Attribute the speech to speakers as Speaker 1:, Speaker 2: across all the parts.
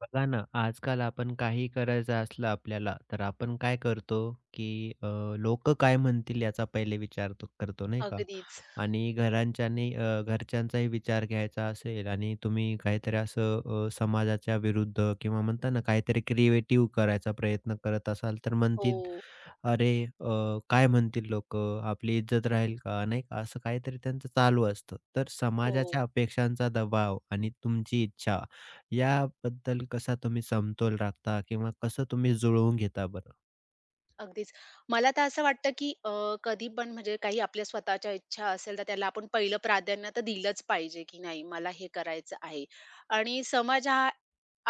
Speaker 1: बघा ना, आजकाल आपण काही करायचं असलं आपल्याला, तर आपण काय करतो, की अ, लोकं काय म्हणतील याचा पहिले विचार तो करतो नाही का?
Speaker 2: अगदीच.
Speaker 1: आणि घरांच्यानी घरच्यांचाही विचार घ्यायचा असेल आणि तुम्ही काहीतरी असं समाजाच्या विरुद्ध किंवा म्हणता ना, काहीतरी क्रिएटिव्ह करायचा प्रयत्न करत असाल, तर म्हणतील
Speaker 2: हो,
Speaker 1: अरे अ, काय म्हणतील लोक, आपली इज्जत राहील का? नाही का? असं काहीतरी त्यांचं चालू असतं. तर
Speaker 2: हो.
Speaker 1: समाजाच्या अपेक्षांचा दबाव आणि तुमची इच्छा याबद्दल कसा तुम्ही समतोल राखता किंवा कसं तुम्ही जुळवून घेता बरं?
Speaker 2: अगदीच. मला तर असं वाटतं, की कधी पण म्हणजे काही आपल्या स्वतःच्या इच्छा असेल, तर त्याला आपण पहिलं प्राधान्य तर दिलंच पाहिजे, की नाही मला हे करायचं आहे. आणि समाज हा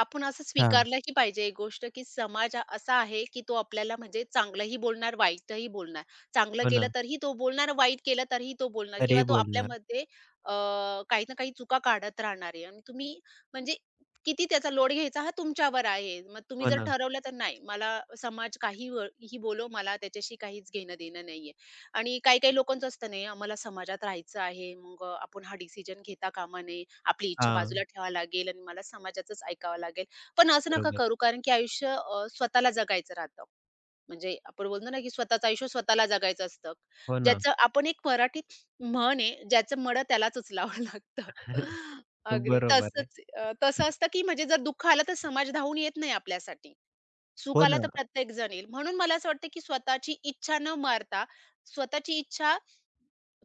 Speaker 2: आपण असं
Speaker 1: हां.
Speaker 2: स्वीकारलंही पाहिजे एक गोष्ट, की समाज हा असा आहे, की तो आपल्याला म्हणजे चांगलंही बोलणार, वाईटही बोलणार. चांगलं
Speaker 1: हो
Speaker 2: केलं
Speaker 1: ना.
Speaker 2: तरीही तो बोलणार, वाईट केलं तरीही तो बोलणार
Speaker 1: अरे
Speaker 2: किंवा तो
Speaker 1: बोलणार.
Speaker 2: आपल्यामध्ये अ, काही ना काही चुका काढत राहणार आहे आणि तुम्ही म्हणजे किती त्याचा लोड घ्यायचा हा तुमच्यावर आहे. मग तुम्ही
Speaker 1: हो
Speaker 2: जर
Speaker 1: ना.
Speaker 2: ठरवलं तर नाही मला समाज काही ही बोलो मला त्याच्याशी काहीच घेणं-देणं नाहीये. आणि काही-काही लोकांचं असतं नाही आम्हाला समाजात राहायचं आहे. मग आपण हा डिसिजन घेता कामा नये. आपली इच्छा बाजूला
Speaker 1: हां.
Speaker 2: ठेवावी लागेल आणि मला समाजाचंच ऐकावं लागेल. पण असं नका
Speaker 1: बरोबर.
Speaker 2: करू कारण की आयुष्य स्वतःला जगायचं राहतं. म्हणजे आपण बोलतो ना, की स्वतःचं आयुष्य स्वतःला जगायचं असतं.
Speaker 1: हो ना.
Speaker 2: ज्याचं आपण एक मराठीत म्हण आहे, ज्याचं मडं त्यालाच उचलावं लागतं. अगदी
Speaker 1: बरोबर आहे.
Speaker 2: तसंच तसं असतं, की म्हणजे जर दुःख आलं तर समाज धावून येत नाही आपल्यासाठी.
Speaker 1: हो
Speaker 2: सुखाला
Speaker 1: ना.
Speaker 2: तर प्रत्येक जण येईल. म्हणून मला असं वाटतं, की स्वतःची इच्छा न मारता, स्वतःची इच्छा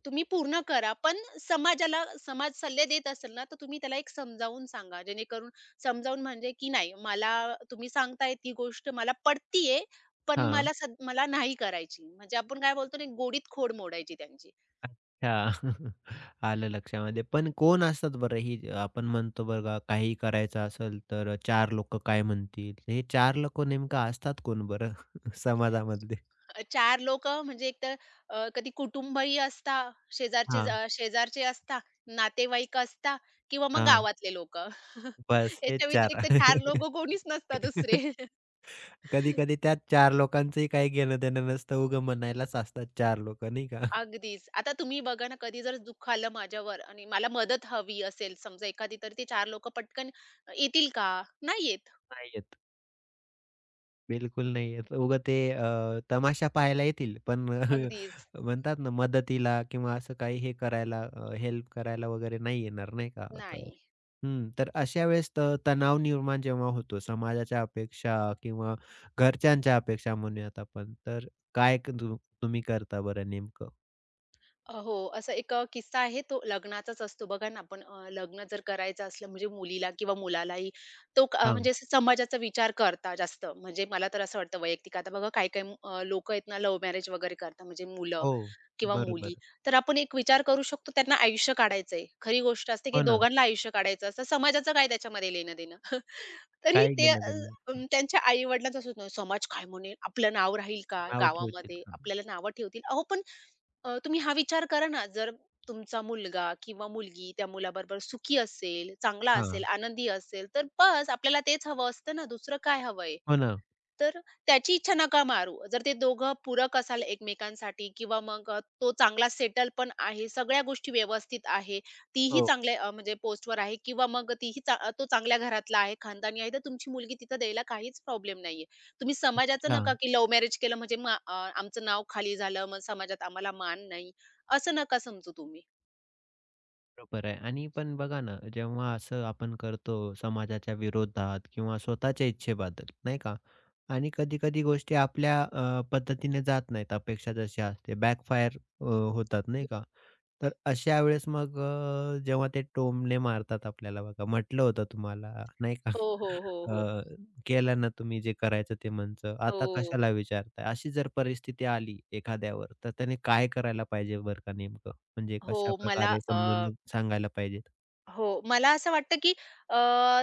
Speaker 2: तुम्ही पूर्ण करा. पण समाजाला समाज सल्ले देत असेल ना, तर तुम्ही त्याला एक समजावून सांगा. जेणेकरून समजावून म्हणजे, की नाही मला तुम्ही सांगताय ती गोष्ट मला पटतीये, पण
Speaker 1: हां.
Speaker 2: मला सद मला नाही करायची. म्हणजे आपण काय बोलतो ना, गोडीत खोड मोडायची त्यांची.
Speaker 1: अच्छा. आलं लक्षामध्ये. पण कोण असतात बरं ही आपण म्हणतो बघा काही करायचं असेल तर 4 लोकं काय म्हणतील? हे 4 लोकं नेमकं असतात कोण बरं समाजामधले?
Speaker 2: 4 लोकं म्हणजे एकतर कधी कुटुंबही असता, शेजारचे
Speaker 1: हां,
Speaker 2: शेजारचे असता, नातेवाईक असता किंवा मग
Speaker 1: हां.
Speaker 2: गावातले लोकं.
Speaker 1: बस हेच
Speaker 2: याच्या
Speaker 1: 4.
Speaker 2: व्यतिरिक्त 4 लोकं कोणीच नसतात दुसरे.
Speaker 1: कधी-कधी त्याच 4 लोकांचंही काही घेणं-देणं नसतं. उगं म्हणायलाच असतात 4 लोकं नाही का?
Speaker 2: अगदीच. आता तुम्ही बघा ना, कधी जर दुःख आलं माझ्यावर आणि मला मदत हवी असेल समजा एखादी, तर ते 4 लोकं पटकन येतील का? नाही येत.
Speaker 1: नाही, बिलकुल नाही येत. उगाच ते तमाशा पाहायला येतील, पण
Speaker 2: अगदीच.
Speaker 1: म्हणतात ना मदतीला किंवा असं काही हे करायला हेल्प करायला वगैरे नाही येणार नाही का? तर
Speaker 2: नाही.
Speaker 1: हं, तर अशा वेळेस तणाव निर्माण जेव्हा होतो समाजाच्या अपेक्षा किंवा घरच्यांच्या अपेक्षा म्हणूयात आपण, तर काय क तु तुम्ही करता बरं नेमकं?
Speaker 2: हो, असा एक किस्सा आहे तो लग्नाचाच असतो. बघा ना, आपण लग्न जर करायचं असलं म्हणजे मुलीला किंवा मुलालाही
Speaker 1: हां.
Speaker 2: म्हणजे असं समाजाचा विचार करता जास्त. म्हणजे मला तर असं वाटतं वैयक्तिक आता बघा काही-काही लोकं आहेत ना लव्ह मॅरेज वगैरे करतात म्हणजे मुलं
Speaker 1: हो.
Speaker 2: किंवा मुली.
Speaker 1: बरोबर.
Speaker 2: तर आपण एक विचार करू शकतो त्यांना आयुष्य काढायचंय. खरी गोष्ट असते की
Speaker 1: हो ना.
Speaker 2: दोघांना आयुष्य काढायचं असतं. समाजाचं काय त्याच्यामध्ये लेणं-देणं? तरी
Speaker 1: काही
Speaker 2: ते
Speaker 1: घेणं-देणं नसतं.
Speaker 2: त्यांच्या आई-वडिलांचं असं समाज काय म्हणेल? आपलं नाव राहील का
Speaker 1: नाव ठेवतील.
Speaker 2: गावामध्ये? आपल्याला नावं ठेवतील. अहो, पण तुम्ही हा विचार करा ना, जर तुमचा मुलगा किंवा मुलगी त्या मुलाबरोबर सुखी असेल, चांगला असेल,
Speaker 1: हां.
Speaker 2: आनंदी असेल, तर बस आपल्याला तेच हवं असतं ना, दुसरं काय हवंय?
Speaker 1: हो ना.
Speaker 2: तर त्याची इच्छा नका मारू. जर ते दोघं पूरक असाल एकमेकांसाठी किंवा मग तो चांगला सेटल पण आहे, सगळ्या गोष्टी व्यवस्थित आहे, तीही
Speaker 1: हो.
Speaker 2: चांगल्या म्हणजे पोस्टवर आहे किंवा मग तो चांगल्या घरातला आहे, खानदानी आहे, तर तुमची मुलगी तिथं द्यायला काहीच प्रॉब्लेम नाहीये. तुम्ही समाजाचं नका, की लव्ह मॅरेज केलं म्हणजे मग आमचं नाव खाली झालं, मग समाजात आम्हाला मान नाही, असं नका समजू तुम्ही.
Speaker 1: बरोबर आहे आणि पण बघा ना, जेव्हा असं आपण करतो समाजाच्या विरोधात किंवा स्वतःच्या इच्छेबद्दल, नाही का? आणि कधी-कधी गोष्टी आपल्या पद्धतीने जात नाहीत, अपेक्षा जशी असते, बॅकफायर होतात, नाही का? तर अशा वेळेस मग जेव्हा ते टोमणे मारतात आपल्याला बघा, म्हटलं होतं तुम्हाला नाही का?
Speaker 2: हो, हो, हो,
Speaker 1: अ,
Speaker 2: हो.
Speaker 1: केलं ना तुम्ही जे करायचं ते मनचं, आता
Speaker 2: हो.
Speaker 1: कशाला विचारताय? अशी जर परिस्थिती आली एखाद्यावर, तर त्याने काय करायला पाहिजे बरं का नेमकं? म्हणजे
Speaker 2: हो, मला
Speaker 1: कशाप्रकारे समजून सांगायला पाहिजेत?
Speaker 2: हो. मला असं वाटतं, की अ,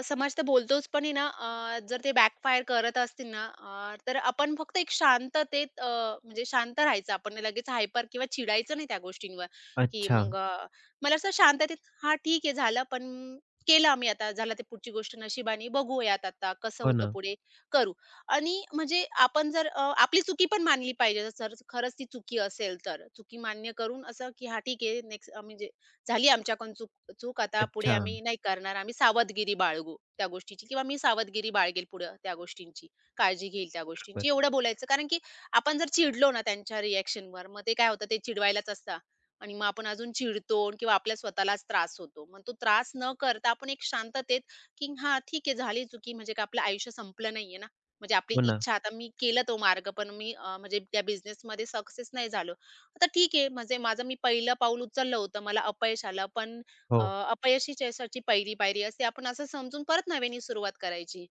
Speaker 2: समाज तर बोलतोच पण आहे ना, जर ते बॅकफायर करत असतील ना, तर आपण फक्त एक शांततेत म्हणजे शांत राहायचं. आपण लगेच हायपर किंवा चिडायचं नाही त्या गोष्टींवर, की
Speaker 1: अच्छा.
Speaker 2: मग मला असं शांततेत, "हां, ठीक आहे झालं, पण केलं आम्ही आता. झालं ते पुढची गोष्ट नशिबाने. बघूयात आता कसं
Speaker 1: हो
Speaker 2: होतं
Speaker 1: ना.
Speaker 2: पुढे, करू." आणि म्हणजे आपण जर आपली चुकी पण मानली पाहिजे. जर खरंच ती चुकी असेल तर. चुकी मान्य करून असं, की "हां, ठीक आहे नेक्स्ट" म्हणजे झाली आमच्याकडून चूक चूक आता पुढे
Speaker 1: अच्छा.
Speaker 2: आम्ही नाही करणार. आम्ही सावधगिरी बाळगू त्या गोष्टीची किंवा मी सावधगिरी बाळगेल पुढं त्या गोष्टींची, काळजी घेईल त्या गोष्टींची,
Speaker 1: बरोबर.
Speaker 2: एवढं बोलायचं. कारण की आपण जर चिडलो ना त्यांच्या रिएक्शनवर, मग ते काय होतं ते चिडवायलाच असतं आणि मग आपण अजून चिडतो किंवा आपल्या स्वतःलाच त्रास होतो. मग तो त्रास न करता आपण एक शांततेत, की हां, ठीक आहे झाली चुकी म्हणजे काय आपलं आयुष्य संपलं नाहीये ना. म्हणजे आपली
Speaker 1: हो ना.
Speaker 2: इच्छा आता मी केला तो मार्ग पण मी म्हणजे त्या बिझनेसमध्ये सक्सेस नाही झालो. आता ठीक आहे, म्हणजे माझं मी पहिलं पाऊल उचललं होतं, मला अपयश आलं, पण अ,
Speaker 1: हो.
Speaker 2: अपयश हीच यशाची पहिली पायरी असते. आपण असं समजून परत नव्याने सुरुवात करायची.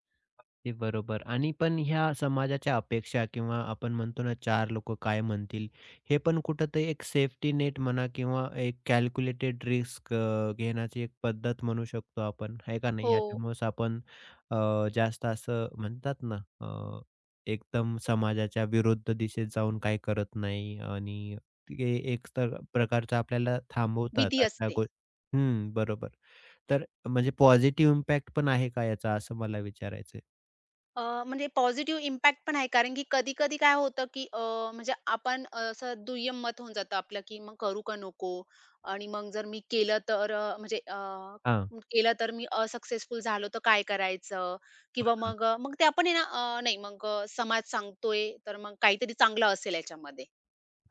Speaker 1: ते बरोबर आणि पण ह्या समाजाच्या अपेक्षा किंवा आपण म्हणतो ना, चार लोकं काय म्हणतील? हे पण कुठेतरी एक सेफ्टी नेट म्हणा किंवा एक कॅल्क्युलेटेड रिस्क घेण्याची एक पद्धत म्हणू शकतो आपण, आहे का नाही?
Speaker 2: हो,
Speaker 1: ह्याच्यामुळेच आपण जास्त असं म्हणतात ना, अ, एकदम समाजाच्या विरुद्ध दिशेत जाऊन काही करत नाही आणि ते एक तर प्रकारचं आपल्याला थांबवतात
Speaker 2: भीती
Speaker 1: अशा
Speaker 2: असते.
Speaker 1: गो हं, बरोबर. तर म्हणजे पॉझिटिव्ह इम्पॅक्ट पण आहे का याचा असं मला विचारायचंय?
Speaker 2: म्हणजे पॉझिटिव्ह इम्पॅक्ट पण आहे, कारण की कधी-कधी काय होतं, की म्हणजे आपण असं दुय्यम मत होऊन जातं आपलं, की मग करू का नको? आणि मग जर मी केलं तर म्हणजे
Speaker 1: हां.
Speaker 2: केलं तर मी असक्सेसफुल झालो तर काय करायचं?
Speaker 1: हो
Speaker 2: किंवा
Speaker 1: ना,
Speaker 2: मग मग ते आपण आहे ना, नाही मग समाज सांगतोय, तर मग काहीतरी चांगलं असेल याच्यामध्ये.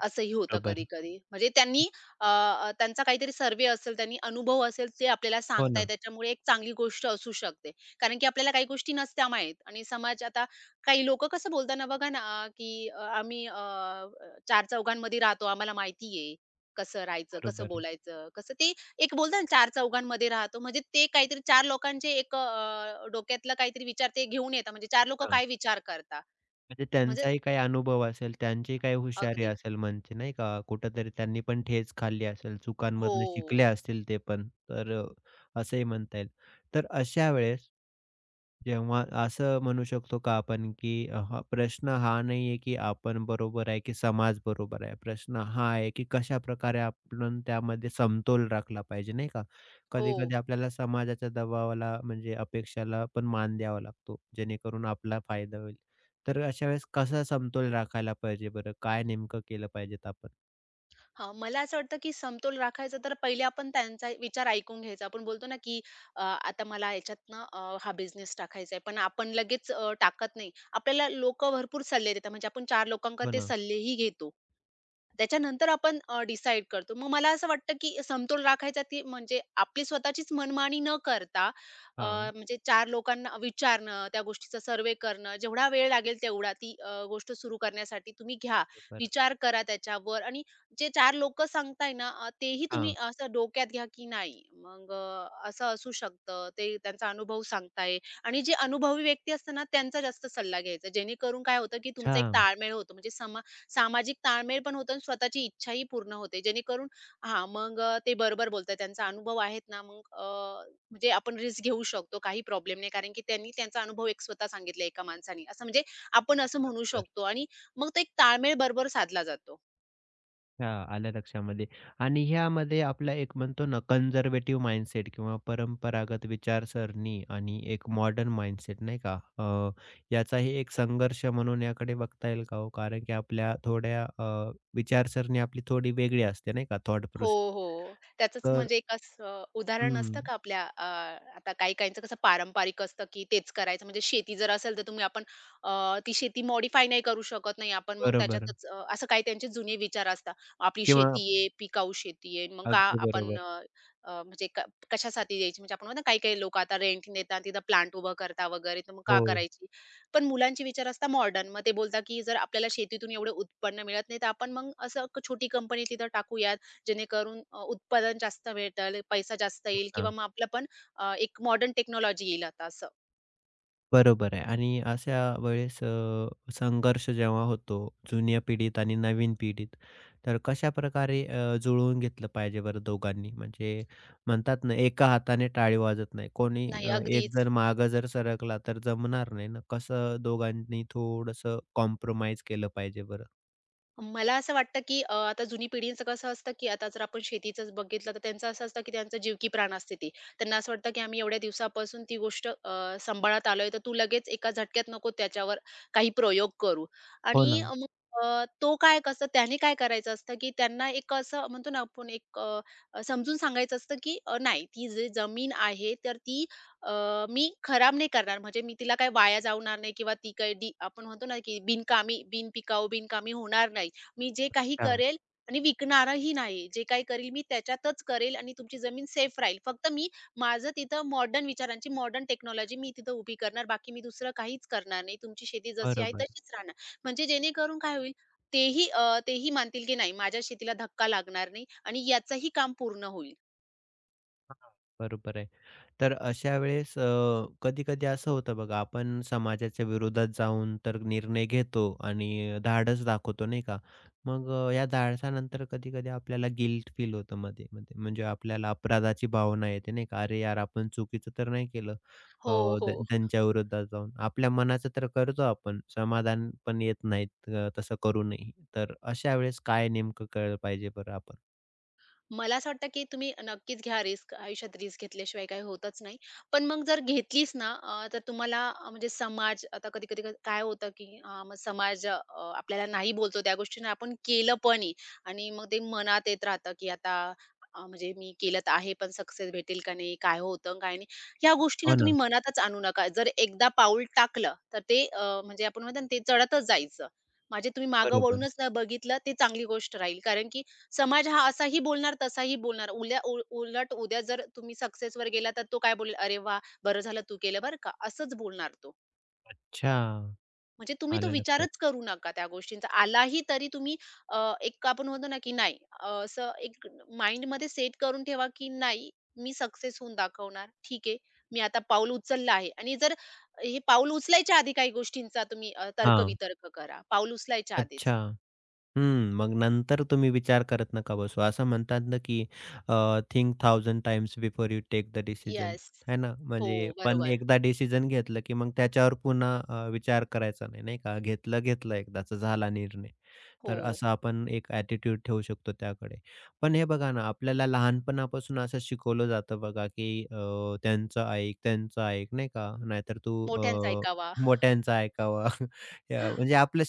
Speaker 2: असंही होतं
Speaker 1: बरोबर.
Speaker 2: कधी-कधी. म्हणजे त्यांनी अ, अ, त्यांचा काहीतरी सर्व्हे असेल, त्यांनी अनुभव असेल, ते आपल्याला
Speaker 1: हो
Speaker 2: सांगताय.
Speaker 1: ना,
Speaker 2: त्याच्यामुळे एक चांगली गोष्ट असू शकते. कारण की आपल्याला काही गोष्टी नसत्या माहीत आणि समाज आता काही लोकं कसं बोलताना बघा ना, की आम्ही अ, अ, चार चौघांमध्ये राहतो, आम्हाला माहिती आहे कसं राहायचं, कसं
Speaker 1: बरोबर आहे.
Speaker 2: बोलायचं, कसं ते एक बोलतात ना, चार चौघांमध्ये राहतो. म्हणजे ते काहीतरी 4 लोकांचे एक डोक्यातला काहीतरी विचार ते घेऊन येतात. म्हणजे 4 लोकं
Speaker 1: हां,
Speaker 2: काय विचार करतात.
Speaker 1: म्हणजे
Speaker 2: म्हणजे
Speaker 1: त्यांचाही काही अनुभव असेल, त्यांची काही हुशारी
Speaker 2: अगदी.
Speaker 1: असेल म्हणजे नाही का, कुठेतरी त्यांनी पण ठेच खाल्ली असेल, चुकांमधनं शिकले
Speaker 2: हो,
Speaker 1: असतील ते पण. असंही म्हणता येईल. तर अशा वेळेस जेव्हा असं म्हणू शकतो का आपण की हा प्रश्न हा नाहीये की आपण बरोबर आहे की समाज बरोबर आहे. प्रश्न हा आहे की कशाप्रकारे आपण त्यामध्ये समतोल राखला पाहिजे, नाही का?
Speaker 2: हो.
Speaker 1: कधी-कधी आपल्याला समाजाच्या दबावाला म्हणजे अपेक्षाला पण मान द्यावा लागतो, जेणेकरून आपला फायदा होईल. तर अशा वेळेस कसा समतोल राखायला पाहिजे बरं? काय नेमकं केलं पाहिजेत आपण?
Speaker 2: हां, मला असं वाटतं, की समतोल राखायचा तर पहिले आपण त्यांचा विचार ऐकून घ्यायचा. आपण बोलतो ना, की आता मला याच्यातनं हा बिझनेस टाकायचा आहे. पण आपण लगेच टाकत नाही. आपल्याला लोकं भरपूर सल्ले देतात. म्हणजे आपण 4 लोकांकडे
Speaker 1: हो
Speaker 2: ते
Speaker 1: ना.
Speaker 2: सल्लेही घेतो. त्याच्यानंतर आपण डिसाईड करतो. मग मला असं वाटतं, की समतोल राखायचा ती म्हणजे आपली स्वतःचीच मनमानी न करता अ,
Speaker 1: हां,
Speaker 2: म्हणजे 4 लोकांना विचारणं, त्या गोष्टीचा सर्व्हे करणं, जेवढा वेळ लागेल तेवढा ती गोष्ट सुरू करण्यासाठी तुम्ही घ्या.
Speaker 1: बरोबर.
Speaker 2: विचार करा त्याच्यावर आणि जे 4 लोकं सांगताय ना, तेही तुम्ही
Speaker 1: हां,
Speaker 2: असं डोक्यात घ्या, की नाही मग असं असू शकतं. ते त्यांचा अनुभव सांगताय आणि जे अनुभवी व्यक्ती असतात ना, त्यांचा जास्त सल्ला घ्यायचा. जेणेकरून काय होतं, की तुमचा
Speaker 1: अच्छा.
Speaker 2: एक ताळमेळ होतो. म्हणजे सामाजिक ताळमेळ पण होतो आणि स्वतःची इच्छाही पूर्ण होते. जेणेकरून हां, मग ते बरोबर बोलतायत. त्यांचा अनुभव आहेत ना, मग म्हणजे आपण रिस्क घेऊ शकतो. काही प्रॉब्लेम नाही. कारण की त्यांनी त्यांचा अनुभव एक स्वतः सांगितला एका माणसाने. असं म्हणजे आपण असं म्हणू शकतो आणि मग तो एक ताळमेळ बरोबर साधला जातो.
Speaker 1: हां, आलं लक्षामध्ये. आणि ह्यामध्ये आपला एक म्हणतो ना कन्झर्व्हेटिव्ह माइंडसेट किंवा परंपरागत विचारसरणी आणि एक मॉडर्न माइंडसेट नाही का? याचाही एक संघर्ष म्हणून याकडे बघता येईल का हो? कारण की आपल्या थोड्या विचारसरणी आपली थोडी वेगळी असते नाही का थॉट
Speaker 2: हो,
Speaker 1: प्रोसेस.
Speaker 2: हो. त्याचंच
Speaker 1: तर
Speaker 2: म्हणजे एक असं उदाहरण
Speaker 1: हं,
Speaker 2: असतं का आपल्या आता काही-काहींचं कसं पारंपरिक असतं, की तेच करायचं. म्हणजे शेती जर असेल तर तुम्ही आपण ती शेती मॉडिफाय नाही करू शकत नाही आपण मग
Speaker 1: बरोबर
Speaker 2: त्याच्यातच असं काही त्यांचे जुने विचार असतात. आपली
Speaker 1: किंवा
Speaker 2: शेती आहे, पिकाऊ शेती आहे. मग का
Speaker 1: अगदी
Speaker 2: आपण
Speaker 1: बरोबर.
Speaker 2: अ, अ, म्हणजे कशासाठी द्यायची? म्हणजे आपण म्हणतो ना काही-काही लोकं आता रेंटने देतात, तिथं प्लांट उभं करतात वगैरे, तर मग का
Speaker 1: हो,
Speaker 2: करायची? पण मुलांचे विचार असतात मॉडर्न. मग ते बोलतात, की जर आपल्याला शेतीतून एवढं उत्पन्न मिळत नाही, तर आपण मग असं छोटी कंपनी तिथं टाकूया, जेणेकरून उत्पादन जास्त भेटेल, पैसा जास्त
Speaker 1: हो
Speaker 2: येईल किंवा
Speaker 1: ना.
Speaker 2: मग आपलं पण एक मॉडर्न टेक्नॉलॉजी येईल आता असं.
Speaker 1: बरोबर आहे आणि अशा वेळेस संघर्ष जेव्हा होतो जुन्या पिढीत आणि नवीन पिढीत, तर कशाप्रकारे जुळवून घेतलं पाहिजे बरं दोघांनी? म्हणजे म्हणतात ना, एका हाताने टाळी वाजत नाही. कोणी
Speaker 2: नाही,
Speaker 1: अ, एक
Speaker 2: अगदीच.
Speaker 1: जण मागं जर सरकला तर जमणार नाही ना. कसं दोघांनी थोडंसं कॉम्प्रोमाईज केलं पाहिजे बरं?
Speaker 2: मला असं वाटतं, की आता जुनी पिढीचं कसं असतं, की आता जर आपण शेतीचंच बघितलं, तर त्यांचं असं असतं, की त्यांचं जीव की प्राण असते ती. त्यांना असं वाटतं, की आम्ही एवढ्या दिवसापासून ती गोष्ट सांभाळत आलोय, तर तू लगेच एका झटक्यात नको त्याच्यावर काही प्रयोग करू.
Speaker 1: हो
Speaker 2: आणि
Speaker 1: ना.
Speaker 2: मग तो काय कसं त्याने काय करायचं असतं, की त्यांना एक असं म्हणतो ना आपण एक अ, अ, समजून सांगायचं असतं, की नाही ती जी जमीन आहे, तर ती अ, मी खराब नाही करणार. म्हणजे मी तिला काही वाया जाणार नाही किंवा ती काही आपण म्हणतो ना, की बिनकामी, बिनपिकाऊ, बिनकामी होणार नाही. मी जे काही
Speaker 1: हां.
Speaker 2: करेल आणि विकणारही नाही. जे काही करेल, मी त्याच्यातच करेल आणि तुमची जमीन सेफ राहील. फक्त मी माझं तिथं मॉडर्न विचारांची, मॉडर्न टेक्नॉलॉजी मी तिथं उभी करणार. बाकी मी दुसरं काहीच करणार नाही. तुमची शेती जशी आहे
Speaker 1: बरोबर.
Speaker 2: तशीच राहणार. म्हणजे जेणेकरून काय होईल, तेही मानतील की नाही माझ्या शेतीला धक्का लागणार नाही आणि याचंही काम पूर्ण होईल.
Speaker 1: हां, बरोबर आहे. तर अशा वेळेस कधी-कधी असं होतं बघा, आपण समाजाच्या विरोधात जाऊन तर निर्णय घेतो आणि धाडस दाखवतो, नाही का? मग या धाडसानंतर कधी-कधी आपल्याला गिल्ट फील होतं मध्ये-मध्ये. म्हणजे आपल्याला अपराधाची भावना येते, नाही का? "अरे यार, आपण चुकीचं तर नाही केलं अ,
Speaker 2: हो,
Speaker 1: त्या
Speaker 2: हो.
Speaker 1: त्यांच्या विरोधात जाऊन." आपल्या मनाचं तर करतो आपण, समाधान पण येत नाहीत तसं करूनही. तर अशा वेळेस काय नेमकं केलं पाहिजे बरं आपण?
Speaker 2: मला असं वाटतं, की तुम्ही नक्कीच घ्या रिस्क. आयुष्यात रिस्क घेतल्याशिवाय काही होतच नाही. पण मग जर घेतलीच ना तर तुम्हाला म्हणजे समाज आता कधी-कधी काय होतं, की मग समाज आपल्याला नाही बोलतो त्या गोष्टीने आपण केलं पण आहे आणि मग ते मनात येत राहतं, की आता म्हणजे मी केलं तर आहे पण सक्सेस भेटेल का नाही? काय होतं, काय नाही? ह्या गोष्टी ना
Speaker 1: हो
Speaker 2: तुम्ही
Speaker 1: ना,
Speaker 2: मनातच आणू नका. जर एकदा पाऊल टाकलं तर ते म्हणजे आपण म्हणतो ना ते चढतच जायचं. म्हणजे तुम्ही मागं
Speaker 1: बरोबर.
Speaker 2: वळूनच न बघितलं, ते चांगली गोष्ट राहील. कारण की समाज हा असाही बोलणार, तसाही बोलणार. उल्या उल उलट उद्या जर तुम्ही सक्सेसवर गेला, तर तो काय बोलेल, "अरे वाह! बरं झालं तू केलं बरं का." असंच बोलणार तो.
Speaker 1: अच्छा,
Speaker 2: म्हणजे तुम्ही तो
Speaker 1: आलं लक्षात.
Speaker 2: विचारच करू नका त्या गोष्टींचा. आलाही तरी तुम्ही एक आपण म्हणतो ना, की नाही असं एक माइंडमध्ये सेट करून ठेवा, की नाही मी सक्सेस होऊन दाखवणार. ठीक आहे. मी आता पाऊल उचललं आहे आणि जर हे पाऊल उचलायच्या आधी काही गोष्टींचा तुम्ही
Speaker 1: हां.
Speaker 2: तर्कवितर्क करा. पाऊल उचलायच्या आधीच.
Speaker 1: अच्छा. हं. मग नंतर तुम्ही विचार करत नका बसू. असं म्हणतात ना, की think thousand times before you take the decision,
Speaker 2: yes.
Speaker 1: है ना?
Speaker 2: हो,
Speaker 1: म्हणजे पण
Speaker 2: बरोबर.
Speaker 1: एकदा डिसिजन घेतलं, की मग त्याच्यावर पुन्हा विचार करायचा नाही, नाही का? घेतलं, घेतलं एकदाचा झाला निर्णय.
Speaker 2: हो.
Speaker 1: तर असा आपण एक ॲटिट्यूड ठेवू शकतो त्याकडे. पण हे बघा ना, आपल्याला लहानपणापासून असं शिकवलं जातं बघा, की त्यांचं ऐक, त्यांचं ऐक, नाही का? नाहीतर तू
Speaker 2: मोठ्यांचं
Speaker 1: अ,
Speaker 2: ऐकावा.
Speaker 1: मोठ्यांचं ऐकावं. म्हणजे आपलं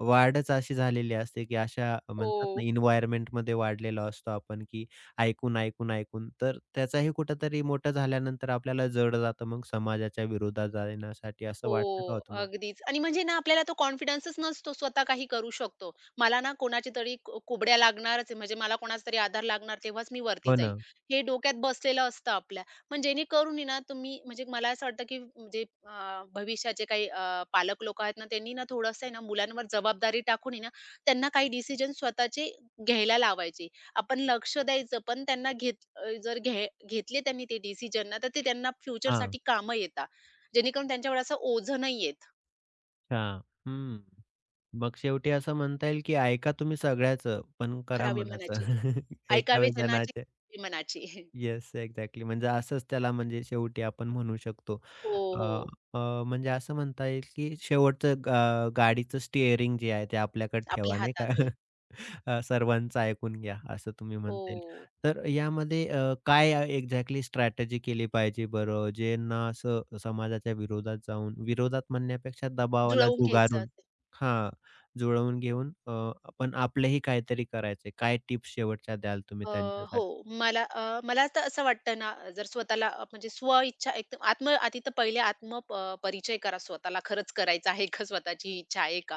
Speaker 1: वाढच अशी झालेली असते, की अशा म्हणतात ना
Speaker 2: हो,
Speaker 1: एन्व्हायर्नमेंटमध्ये वाढलेलो असतो आपण, की ऐकून, ऐकून, ऐकून. तर त्याचाही कुठेतरी मोठं झाल्यानंतर आपल्याला जड जातं मग समाजाच्या विरोधात जाण्यासाठी असं वाटतं का हो
Speaker 2: हो.
Speaker 1: तुम्हाला?
Speaker 2: अगदीच आणि म्हणजे ना आपल्याला तो कॉन्फिडन्सच नसतो स्वतः काही करू शकतो. मला ना कोणाची तरी कुबड्या लागणारच आहे म्हणजे मला कोणाचा तरी आधार लागणार तेव्हाच मी वरती
Speaker 1: हो
Speaker 2: जाईल.
Speaker 1: ना.
Speaker 2: हे डोक्यात बसलेलं असतं आपल्या. पण जेणेकरून आहे ना तुम्ही म्हणजे मला असं वाटतं की म्हणजे भविष्याचे काही पालक लोकं आहेत ना त्यांनी ना थोडंसं आहे ना मुलांवर जबाबदारी टाकून आहे ना त्यांना काही डिसिजन स्वतःचे घ्यायला लावायचे. आपण लक्ष द्यायचं पण त्यांना घेत अ, जर घे घेतले त्यांनी ते डिसिजन ना तर ते त्यांना
Speaker 1: हां.
Speaker 2: फ्युचरसाठी कामं येतात. जेणेकरून त्यांच्यावर असं ओझं नाही येत.
Speaker 1: अच्छा. हं. मग शेवटी असं म्हणता येईल, की ऐका तुम्ही सगळ्याचं, पण करा
Speaker 2: खराबी
Speaker 1: मनाचं.
Speaker 2: मनाचे. ऐकावे
Speaker 1: ऐकावे
Speaker 2: जनाचे
Speaker 1: जनाचे.
Speaker 2: खराबी मनाचे.
Speaker 1: Yes, exactly. म्हणजे असंच त्याला म्हणजे शेवटी आपण म्हणू शकतो.
Speaker 2: हो,
Speaker 1: अ,
Speaker 2: हो.
Speaker 1: अ, म्हणजे असं म्हणता येईल, की शेवटचं गाडीचं स्टीअरिंग जे आहे ते आपल्याकडे
Speaker 2: आपल्या
Speaker 1: ठेवा, नाही का?
Speaker 2: हातात आहे.
Speaker 1: सर्वांचं ऐकून घ्या, असं तुम्ही म्हणता येईल.
Speaker 2: हो.
Speaker 1: तर यामध्ये काय एक्झॅक्टली स्ट्रॅटेजी केली पाहिजे बरं? ज्यांना असं समाजाच्या विरोधात जाऊन विरोधात म्हणण्यापेक्षा दबावाला
Speaker 2: जुळवून घ्यायचं
Speaker 1: झुगारून
Speaker 2: असतं.
Speaker 1: हां, जुळवून घेऊन पण आपलंही काहीतरी करायचंय. काय टिप्स शेवटच्या द्याल तुम्ही
Speaker 2: अ, हो,
Speaker 1: त्यांच्यासाठी?
Speaker 2: मला तर असं वाटतं ना, जर स्वतःला म्हणजे स्व-इच्छा एकदम आधी तर पहिले आत्म परिचय करा स्वतःला. खरंच करायचं आहे का? स्वतःची ही इच्छा आहे का?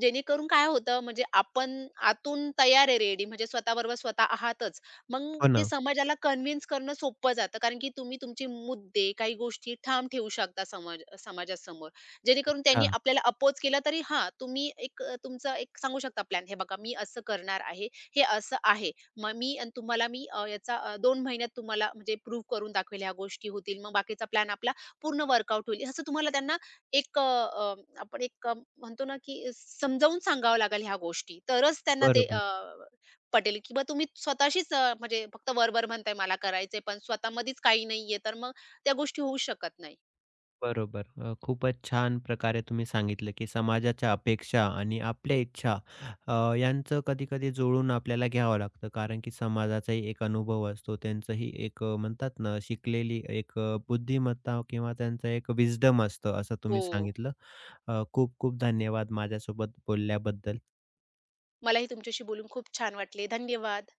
Speaker 2: जेणेकरून काय होतं म्हणजे आपण आतून तयार आहे रेडी म्हणजे स्वतःबरोबर स्वतः आहातच. मग
Speaker 1: हो
Speaker 2: ते
Speaker 1: ना.
Speaker 2: समाजाला कन्व्हिन्स करणं सोपं जातं. कारण की तुम्ही तुमचे मुद्दे, काही गोष्टी ठाम ठेवू शकता समाजासमोर. जेणेकरून त्यांनी
Speaker 1: अच्छा.
Speaker 2: आपल्याला अपोज केला तरी हां, तुम्ही एक तुमचा एक सांगू शकता प्लॅन. "हे बघा, मी असं करणार आहे. हे असं आहे." मग मी अन् तुम्हाला मी याचा 2 महिन्यात तुम्हाला म्हणजे प्रूव्ह करून दाखवेल ह्या गोष्टी होतील. मग बाकीचा प्लॅन आपला पूर्ण वर्कआउट होईल. असं तुम्हाला त्यांना एक अ, अ, आपण एक म्हणतो ना, की समजावून सांगावं लागेल ह्या गोष्टी. तरच त्यांना ते
Speaker 1: बरोबर,
Speaker 2: पटेल किंवा तुम्ही स्वतःशीच म्हणजे फक्त वर म्हणताय मला करायचंय, पण स्वतःमध्येच काही नाहीये, तर मग त्या गोष्टी होऊ शकत नाही.
Speaker 1: बरोबर. खूपच छान प्रकारे तुम्ही सांगितलं, की समाजाच्या अपेक्षा आणि आपल्या इच्छा अ, यांचं कधी-कधी जुळवून आपल्याला घ्यावं लागतं. कारण की समाजाचाही एक अनुभव असतो. त्यांचंही एक म्हणतात ना, शिकलेली एक बुद्धिमत्ता किंवा त्यांचं एक विस्डम असतं, असं
Speaker 2: हो.
Speaker 1: तुम्ही सांगितलं. खूप-खूप धन्यवाद माझ्यासोबत बोलल्याबद्दल.
Speaker 2: मलाही तुमच्याशी बोलून खूप छान वाटले. धन्यवाद.